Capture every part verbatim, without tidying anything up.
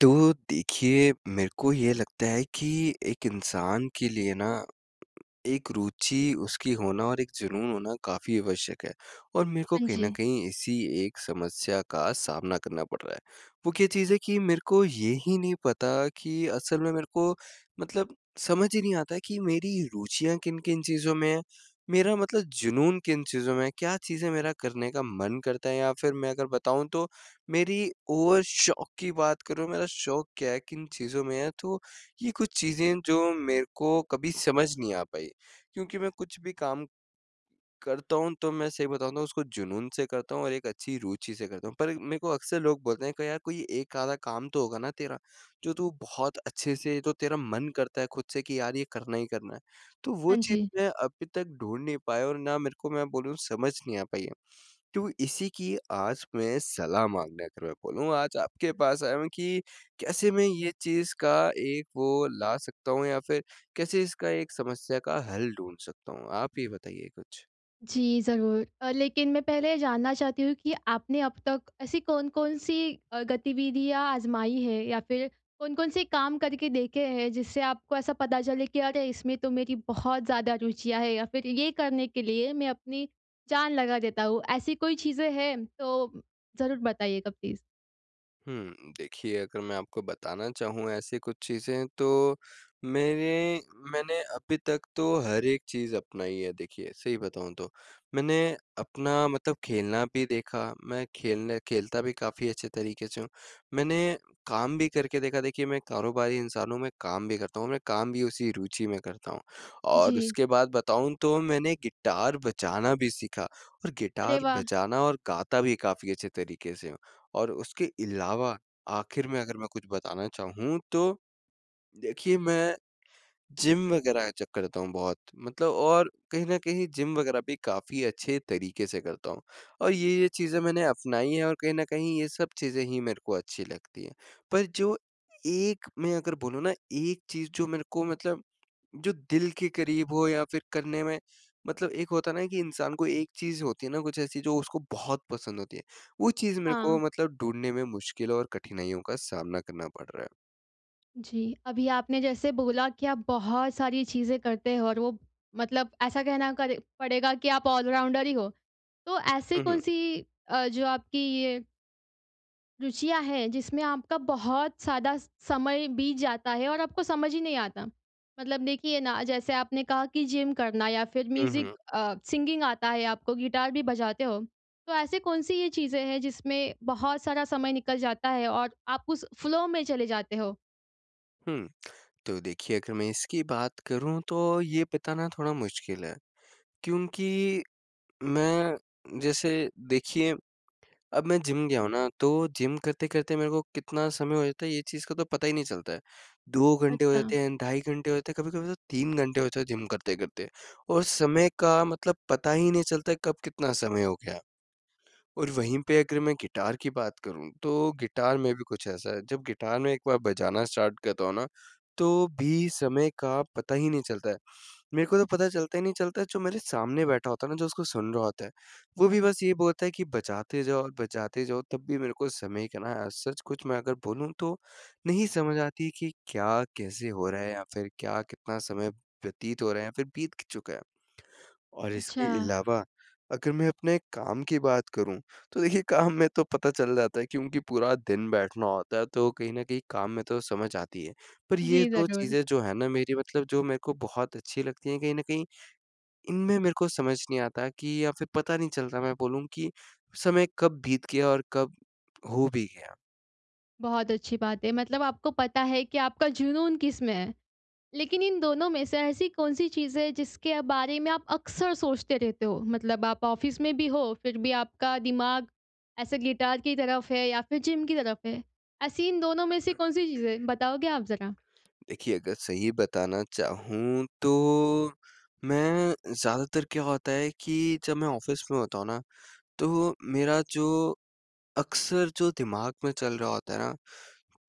तो देखिए, मेरे को ये लगता है कि एक इंसान के लिए ना एक रुचि उसकी होना और एक जुनून होना काफ़ी आवश्यक है। और मेरे को हाँ कहीं जी, न कहीं इसी एक समस्या का सामना करना पड़ रहा है। वो क्या चीज़ है कि मेरे को ये ही नहीं पता कि असल में मेरे को मतलब समझ ही नहीं आता कि मेरी रुचियाँ किन-किन चीज़ों में हैं, मेरा मतलब जुनून किन चीज़ों में है, क्या चीज़ें मेरा करने का मन करता है। या फिर मैं अगर बताऊँ तो मेरी ओवर शौक की बात करूँ, मेरा शौक क्या है, किन चीज़ों में है, तो ये कुछ चीज़ें जो मेरे को कभी समझ नहीं आ पाई। क्योंकि मैं कुछ भी काम करता हूँ तो मैं सही बताऊँ तो उसको जुनून से करता हूँ और एक अच्छी रुचि से करता हूँ। पर मेरे को अक्सर लोग बोलते हैं कि यार कोई एक आधा काम तो होगा ना तेरा, जो तू बहुत अच्छे से तो तेरा मन करता है खुद से कि यार ये करना ही करना है। तो वो हाँ जी। चीज़ मैं अभी तक ढूँढ नहीं पाया और ना मेरे को मैं बोलूँ समझ नहीं आ पाई है। तो इसी की आज मैं सलाह माँगने अगर मैं बोलूँ आज आपके पास आया हूँ कि कैसे मैं ये चीज़ का एक वो ला सकता हूँ या फिर कैसे इसका एक समस्या का हल ढूँढ सकता हूँ? आप ही बताइए कुछ। जी, ज़रूर। अ, लेकिन मैं पहले ये जानना चाहती हूँ कि आपने अब तक ऐसी कौन-कौन सी अ, गतिविधियाँ आज़माई हैं या फिर कौन-कौन से काम करके देखे हैं जिससे आपको ऐसा पता चले कि अरे! इसमें तो मेरी बहुत ज़्यादा रुचियाँ हैं या फिर ये करने के लिए मैं अपनी जान लगा देता हूँ। ऐसी कोई चीज़ें हैं तो ज़रूर बताइएगा प्लीज़? हुँ, देखिए अगर मैं आपको बताना चाहूँ ऐसी कुछ चीज़ें तो मेरे मैंने अभी तक तो हर एक चीज़ अपनाई है देखिए, सही बताऊँ तो। मैंने अपना मतलब खेलना भी देखा, मैं खेलने खेलता भी काफ़ी अच्छे तरीके से हूँ। मैंने काम भी करके देखा, देखिए मैं कारोबारी इंसान हूँ, मैं काम भी करता हूँ, मैं काम भी उसी रुचि में करता हूँ। और जी। उसके बाद बताऊँ तो मैंने गिटार बजाना भी सीखा और अरे गिटार वाह! बजाना और गाता भी काफ़ी अच्छे तरीके से हूँ। और उसके अलावा आखिर में अगर मैं कुछ बताना चाहूँ तो देखिए मैं जिम वग़ैरह ज करता हूँ बहुत मतलब, और कहीं न कहीं जिम वग़ैरह भी काफ़ी अच्छे तरीके से करता हूँ और ये, ये चीज़ें मैंने अपनाई हैं और कहीं न कहीं ये सब चीज़ें ही मेरे को अच्छी लगती हैं। पर जो एक मैं अगर बोलूँ ना एक चीज़ जो मेरे को मतलब जो दिल के करीब हो या फिर करने में मतलब एक होता है ना कि इंसान को एक चीज़ होती है ना कुछ ऐसी जो उसको बहुत पसंद होती है। वो चीज़ मेरे को हाँ। मतलब ढूँढने में मुश्किल और कठिनाइयों का सामना करना पड़ रहा है। जी, अभी आपने जैसे बोला कि आप बहुत सारी चीज़ें करते हो और वो मतलब ऐसा कहना करे पड़ेगा कि आप ऑलराउंडर ही हो। तो ऐसी हुँ, हुँ। कौन-सी अ, जो आपकी ये रुचियाँ हैं जिसमें आपका बहुत ज़्यादा स समय बीत जाता है और आपको समझ ही नहीं आता? मतलब देखिए ना, जैसे आपने कहा कि जिम करना या फिर हुँ, म्यूज़िक हुँ। अ, सिंगिंग आता है आपको, गिटार भी बजाते हो। तो ऐसी कौन-सी ये चीज़ें हैं जिसमें बहुत सारा समय निकल जाता है और आप उस फ़्लो में चले जाते हो? हुँ, तो देखिए अगर मैं इसकी बात करूँ तो ये बताना थोड़ा मुश्किल है। क्योंकि मैं जैसे देखिए अब मैं जिम गया हूँ ना, तो जिम करते-करते मेरे को कितना समय हो जाता है, ये चीज़ का तो पता ही नहीं चलता है। दो घंटे हो अच्छा, जाते हैं, ढाई घंटे हो जाते हैं, कभी-कभी तो तीन घंटे हो जाते हैं जिम करते-करते। और समय का मतलब पता ही नहीं चलता है कब कितना समय हो गया। और वहीं पे अगर मैं गिटार की बात करूँ, तो गिटार में भी कुछ ऐसा है, जब गिटार में एक बार बजाना स्टार्ट करता हूँ ना, तो भी समय का पता ही नहीं चलता है। मेरे को तो पता चलता ही नहीं चलता, जो मेरे सामने बैठा होता है ना, जो उसको सुन रहा होता है, वो भी बस ये बोलता है कि बजाते जाओ और बजाते जाओ, तब भी मेरे को समय का ना एज़ सच कुछ मैं अगर बोलूँ तो नहीं समझ आती कि क्या, कैसे हो रहा है या फिर क्या, कितना समय व्यतीत हो रहा है या फिर बीत चुका है। और अच्छा। इसके अलावा अगर मैं अपने काम की बात करूँ, तो देखिए काम में तो पता चल जाता है क्योंकि पूरा दिन बैठना होता है, तो कहीं न कहीं काम में तो समझ आती है। पर ये जी, दो ज़रूर। चीज़ें जो हैं ना मेरी मतलब जो मेरे को बहुत अच्छी लगती हैं कहीं न कहीं, इनमें मेरे को समझ नहीं आता कि या फिर पता नहीं चलता मैं बोलूँ कि समय कब बीत गया और कब हो भी गया। बहुत अच्छी बात है, मतलब आपको पता है कि आपका जुनून किस में है। लेकिन इन दोनों में से ऐसी कौन-सी चीज़ है जिसके बारे में आप अक्सर सोचते रहते हो? मतलब आप ऑफ़िस में भी हो, फिर भी आपका दिमाग ऐसे गिटार की तरफ है या फिर जिम की तरफ है। ऐसी इन दोनों में से कौन-सी चीज़ है? बताओगे आप ज़रा? देखिए अगर सही बताना चाहूँ तो मैं ज़्यादातर क्या होता है कि जब मैं ऑफ़िस में होता हूँ ना तो मेरा जो अक्सर जो दिमाग में चल रहा होता है ना,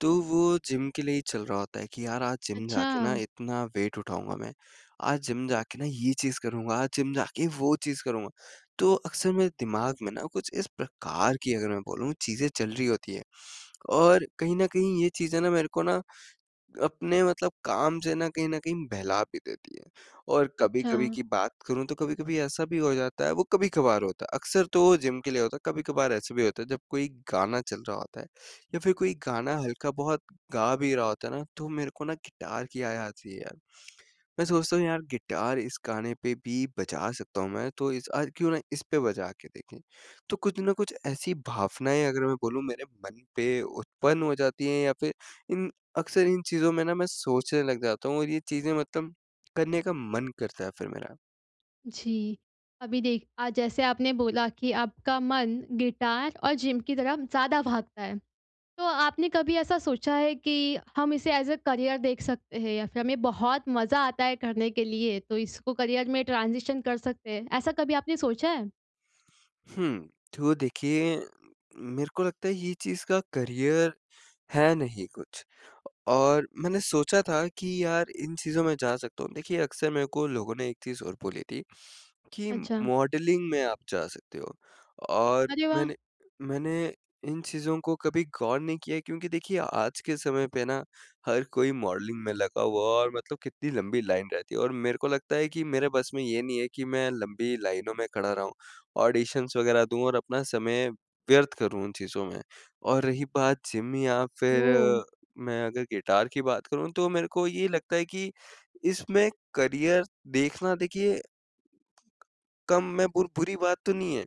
तो वो जिम के लिए ही चल रहा होता है कि यार आज जिम अच्छा, जाके ना इतना वेट उठाऊँगा मैं। आज जिम जाके ना ये चीज़ करूँगा, आज जिम जाके वो चीज़ करूँगा। तो अक्सर मेरे दिमाग में ना कुछ इस प्रकार की अगर मैं बोलूँ चीज़ें चल रही होती है। और कहीं न कहीं ये चीज़ें ना मेरे को ना अपने मतलब काम से ना कहीं न कहीं बहला भी देती है। और अच्छा। कभी-कभी की बात करूँ तो कभी-कभी ऐसा भी हो जाता है, वो कभी-कभार होता है। अक्सर तो वो जिम के लिए होता है, कभी-कभार ऐसे भी होता है जब कोई गाना चल रहा होता है या फिर कोई गाना हल्का बहुत गा भी रहा होता है ना, तो मेरे को ना गिटार की याद आती है यार। मैं सोचता हूँ यार गिटार इस गाने पे भी बजा सकता हूँ मैं, तो इस आज क्यों ना इस पे बजा के देखें। तो कुछ ना कुछ ऐसी भावनाएँ अगर मैं बोलूँ मेरे मन पे उत्पन्न हो जाती हैं। या फिर इन अक्सर इन चीज़ों में ना मैं सोचने लग जाता हूँ और ये चीज़ें मतलब करने का मन करता है फिर मेरा। जी। अभी देख अ, जैसे आपने बोला कि आपका मन गिटार और जिम की तरफ ज़्यादा भागता है। तो आपने कभी ऐसा सोचा है कि हम इसे एज़ अ करियर देख सकते हैं या फिर हमें बहुत मज़ा आता है करने के लिए तो इसको करियर में ट्रांज़िशन कर सकते हैं, ऐसा कभी आपने सोचा है? हुँ, तो देखिए मेरे को लगता है ये चीज़ का करियर है नहीं कुछ। और मैंने सोचा था कि यार इन चीज़ों में जा सकता हूँ। देखिए अक्सर मेरे को लोगों ने एक चीज़ और बोली थी कि अच्छा, मॉडलिंग में आप जा सकते हो और अरे वाह! मैंने मैंने इन चीज़ों को कभी गौर नहीं किया है क्योंकि देखिए आज के समय पे ना हर कोई मॉडलिंग में लगा हुआ है और मतलब कितनी लंबी लाइन रहती है और मेरे को लगता है कि मेरे बस में ये नहीं है कि मैं लंबी लाइनों में खड़ा रहूँ, ऑडिशंस वगैरह दूँ और अपना समय व्यर्थ करूँ उन चीज़ों में। और रही बात जिम या फिर ओह! अ, मैं अगर गिटार की बात करूँ तो मेरे को ये लगता है कि इसमें करियर देखना देखिए कम में बुर बुरी बात तो नहीं है,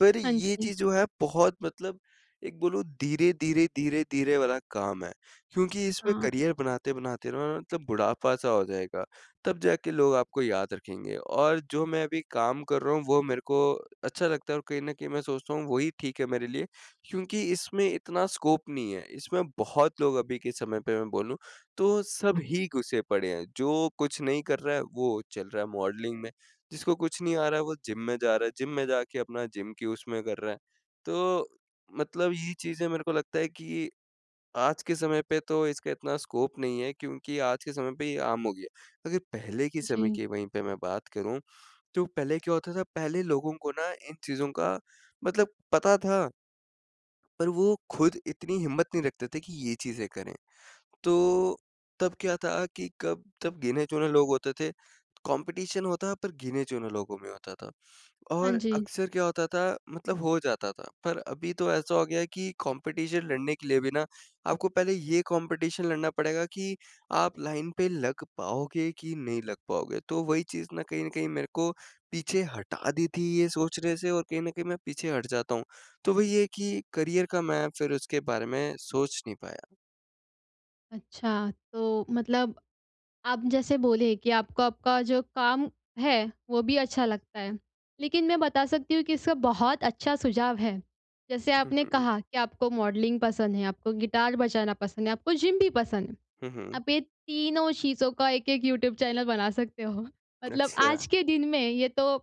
पर हाँ ये जी, चीज़ जो है बहुत मतलब एक बोलो धीरे-धीरे, धीरे-धीरे वाला काम है, क्योंकि इसमें हाँ, करियर बनाते-बनाते ना मतलब बुढ़ापा-सा हो जाएगा, तब जाके लोग आपको याद रखेंगे और जो मैं अभी काम कर रहा हूँ वो मेरे को अच्छा लगता है और कहीं न कहीं मैं सोचता हूँ वही ठीक है मेरे लिए, क्योंकि इसमें इतना स्कोप नहीं है, इसमें बहुत लोग अभी के समय पे मैं बोलूँ, तो सब ही घुसे पड़े हैं, जो कुछ नहीं कर रहा है वो चल रहा है मॉडलिंग में। जिसको कुछ नहीं आ रहा है वो जिम में जा रहा है, जिम में जाके अपना जिम की उसमें कर रहा है। तो मतलब ये चीज़ें मेरे को लगता है कि आज के समय पे तो इसका इतना स्कोप नहीं है क्योंकि आज के समय पे ये आम हो गया। अगर पहले के समय जी, की वहीं पे मैं बात करूँ, तो पहले क्या होता था पहले लोगों को ना इन चीज़ों का मतलब पता था, पर वो खुद इतनी हिम्मत नहीं रखते थे कि ये चीज़ें करें। तो तब क्या था कि कब तब गिने-चुने लोग होते थे, कॉम्पिटिशन होता पर गिने-चुने लोगों में होता था। हाँ और जी। अक्सर क्या होता था मतलब हो जाता था, पर अभी तो ऐसा हो गया है कि कॉम्पिटिशन लड़ने के लिए भी ना, आपको पहले ये कॉम्पिटिशन लड़ना पड़ेगा कि आप लाइन पे लग पाओगे कि नहीं लग पाओगे। तो वही चीज़ ना कहीं न कहीं मेरे को पीछे हटा दी थी ये सोचने से और कहीं न कहीं मैं पीछे हट जाता हूँ। तो वही है कि करियर का मैं फिर उसके बारे में सोच नहीं पाया। अच्छा, तो मतलब आप जैसे बोले कि आपको आपका जो काम है, वो भी अच्छा लगता है। लेकिन मैं बता सकती हूँ कि इसका बहुत अच्छा सुझाव है। जैसे हुँ, आपने हुँ। कहा कि आपको मॉडलिंग पसंद है, आपको गिटार बजाना पसंद है, आपको जिम भी पसंद है। हुँ, हुँ। आप ये तीनों चीज़ों का एक-एक यूट्यूब चैनल बना सकते हो। मतलब अच्छा। आज के दिन में ये तो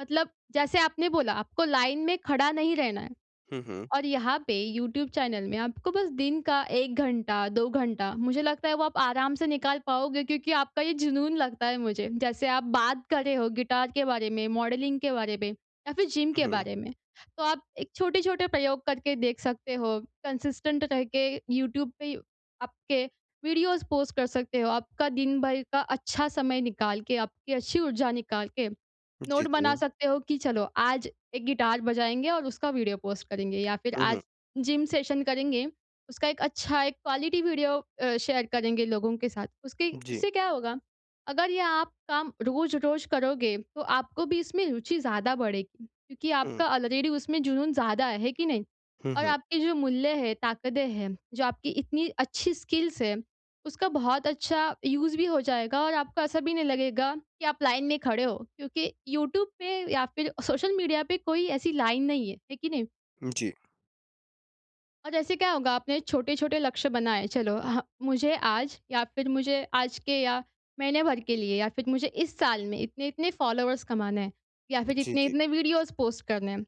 मतलब जैसे आपने बोला आपको लाइन में खड़ा नहीं रहना है। हुँ, हुँ। और यहाँ पे यूट्यूब चैनल में आपको बस दिन का एक घंटा, दो घंटा मुझे लगता है वो आप आराम से निकाल पाओगे क्योंकि आपका ये जुनून लगता है मुझे। जैसे आप बात कर रहे हो गिटार के बारे में, मॉडलिंग के बारे में या फिर जिम हुँ, के हुँ। बारे में। तो आप एक छोटे-छोटे प्रयोग करके देख सकते हो, कंसिस्टेंट रह के यूट्यूब पे आपके वीडियोज़ पोस्ट कर सकते हो। आपका दिन भर का अच्छा समय निकाल के, आपकी अच्छी ऊर्जा निकाल के, जी, नोट जी। बना सकते हो कि चलो आज एक गिटार बजाएँगे और उसका वीडियो पोस्ट करेंगे या फिर हुँ, आज हुँ। जिम सेशन करेंगे, उसका एक अच्छा एक क्वालिटी वीडियो अ, शेयर करेंगे लोगों के साथ। उसके जी। उससे क्या होगा, अगर ये आप काम रोज़-रोज़ करोगे, तो आपको भी इसमें रुचि ज़्यादा बढ़ेगी क्योंकि हुँ। आपका ऑलरेडी उसमें जुनून ज़्यादा है, है कि नहीं? हुँ, और हुँ। आपके जो मूल्य है, ताकतें हैं, जो आपकी इतनी अच्छी स्किल्स है उसका बहुत अच्छा यूज़ भी हो जाएगा और आपको ऐसा भी नहीं लगेगा कि आप लाइन में खड़े हो क्योंकि यूट्यूब पे या फिर सोशल मीडिया पे कोई ऐसी लाइन नहीं है, है कि नहीं? जी। और ऐसे क्या होगा आपने छोटे-छोटे लक्ष्य बनाए चलो ह मुझे आज या फिर मुझे आज के या महीने भर के लिए या फिर मुझे इस साल में इतने-इतने फॉलोवर्स कमाना है या फिर जी, जी। इतने-इतने वीडियोज़ पोस्ट करने हैं।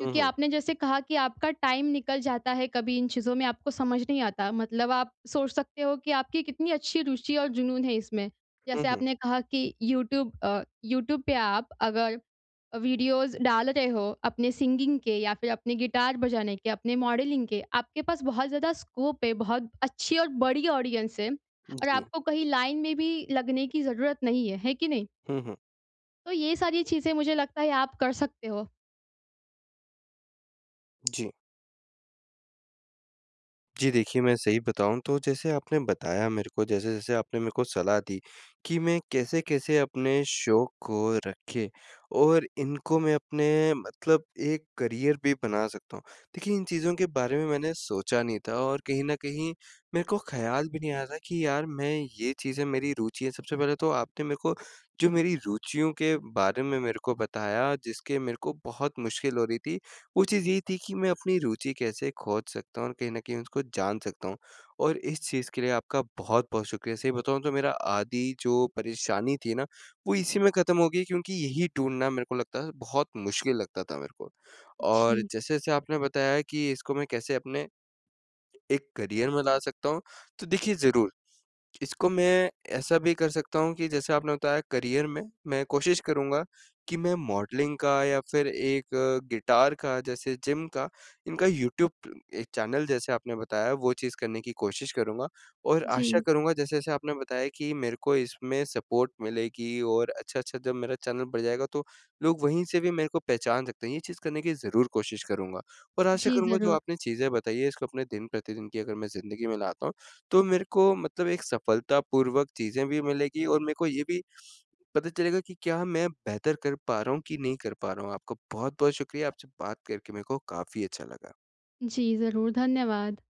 हुँ, हुँ। आपने जैसे कहा कि आपका टाइम निकल जाता है कभी इन चीज़ों में आपको समझ नहीं आता। मतलब आप सोच सकते हो कि आपकी कितनी अच्छी रुचि और जुनून है इसमें। हुँ, जैसे हुँ। आपने कहा कि यूट्यूब अ, यूट्यूब पे आप अगर वीडियोज़ डाल रहे हो अपने सिंगिंग के या फिर अपने गिटार बजाने के, अपने मॉडलिंग के, आपके पास बहुत ज़्यादा स्कोप है, बहुत अच्छी और बड़ी ऑडियंस है और जी। आपको कहीं लाइन में भी लगने की ज़रूरत नहीं है, है कि नहीं? हुँ, हुँ। तो ये सारी चीज़ें मुझे लगता है आप कर सकते हो। जी। जी, देखिए मैं सही बताऊँ तो जैसे आपने बताया मेरे को जैसे-जैसे आपने मेरे को सलाह दी कि मैं कैसे-कैसे अपने शौक को रखे और इनको मैं अपने मतलब एक करियर भी बना सकता हूँ। देखिए इन चीज़ों के बारे में मैंने सोचा नहीं था और कहीं न कहीं मेरे को ख़्याल भी नहीं आया था कि यार मैं ये चीज़ें मेरी रुचि है। सबसे पहले तो आपने मेरे को जो मेरी रुचियों के बारे में मेरे को बताया जिसके मेरे को बहुत मुश्किल हो रही थी वो चीज़ ये थी कि मैं अपनी रुचि कैसे खोज सकता हूँ और कहीं न कहीं उसको जान सकता हूँ। और इस चीज़ के लिए आपका बहुत-बहुत शुक्रिया। सही बताऊँ तो मेरा आधी जो परेशानी थी ना, वो इसी में ख़त्म हो गई क्योंकि यही ढूँढना मेरे को लगता है बहुत मुश्किल लगता था मेरे को। और जी। जैसे-जैसे आपने बताया कि इसको मैं कैसे अपने एक करियर में ला सकता हूँ, तो देखिए ज़रूर इसको मैं ऐसा भी कर सकता हूँ कि जैसे आपने बताया करियर में, मैं कोशिश करूँगा कि मैं मॉडलिंग का या फिर एक अ, गिटार का जैसे जिम का, इनका यूट्यूब एक चैनल जैसे आपने बताया वो चीज़ करने की कोशिश करूँगा। और जी। आशा करूँगा जैसे-जैसे आपने बताया कि मेरे को इसमें सपोर्ट मिलेगी और अच्छा-अच्छा जब मेरा चैनल बढ़ जाएगा तो लोग वहीं से भी मेरे को पहचान सकते हैं। ये चीज़ करने की ज़रूर कोशिश करूँगा। और आशा जी, करूँगा जो ज़रूर। आपने चीज़ें बताई है इसको अपने दिन-प्रतिदिन की अगर मैं ज़िंदगी में लाता हूँ तो मेरे को मतलब एक सफलतापूर्वक चीज़ें भी मिलेगी और मेरे को ये भी पता चलेगा कि क्या मैं बेहतर कर पा रहा हूँ कि नहीं कर पा रहा हूँ। आपका बहुत-बहुत शुक्रिया, आपसे बात करके मेरे को काफ़ी अच्छा लगा। जी, ज़रूर, धन्यवाद।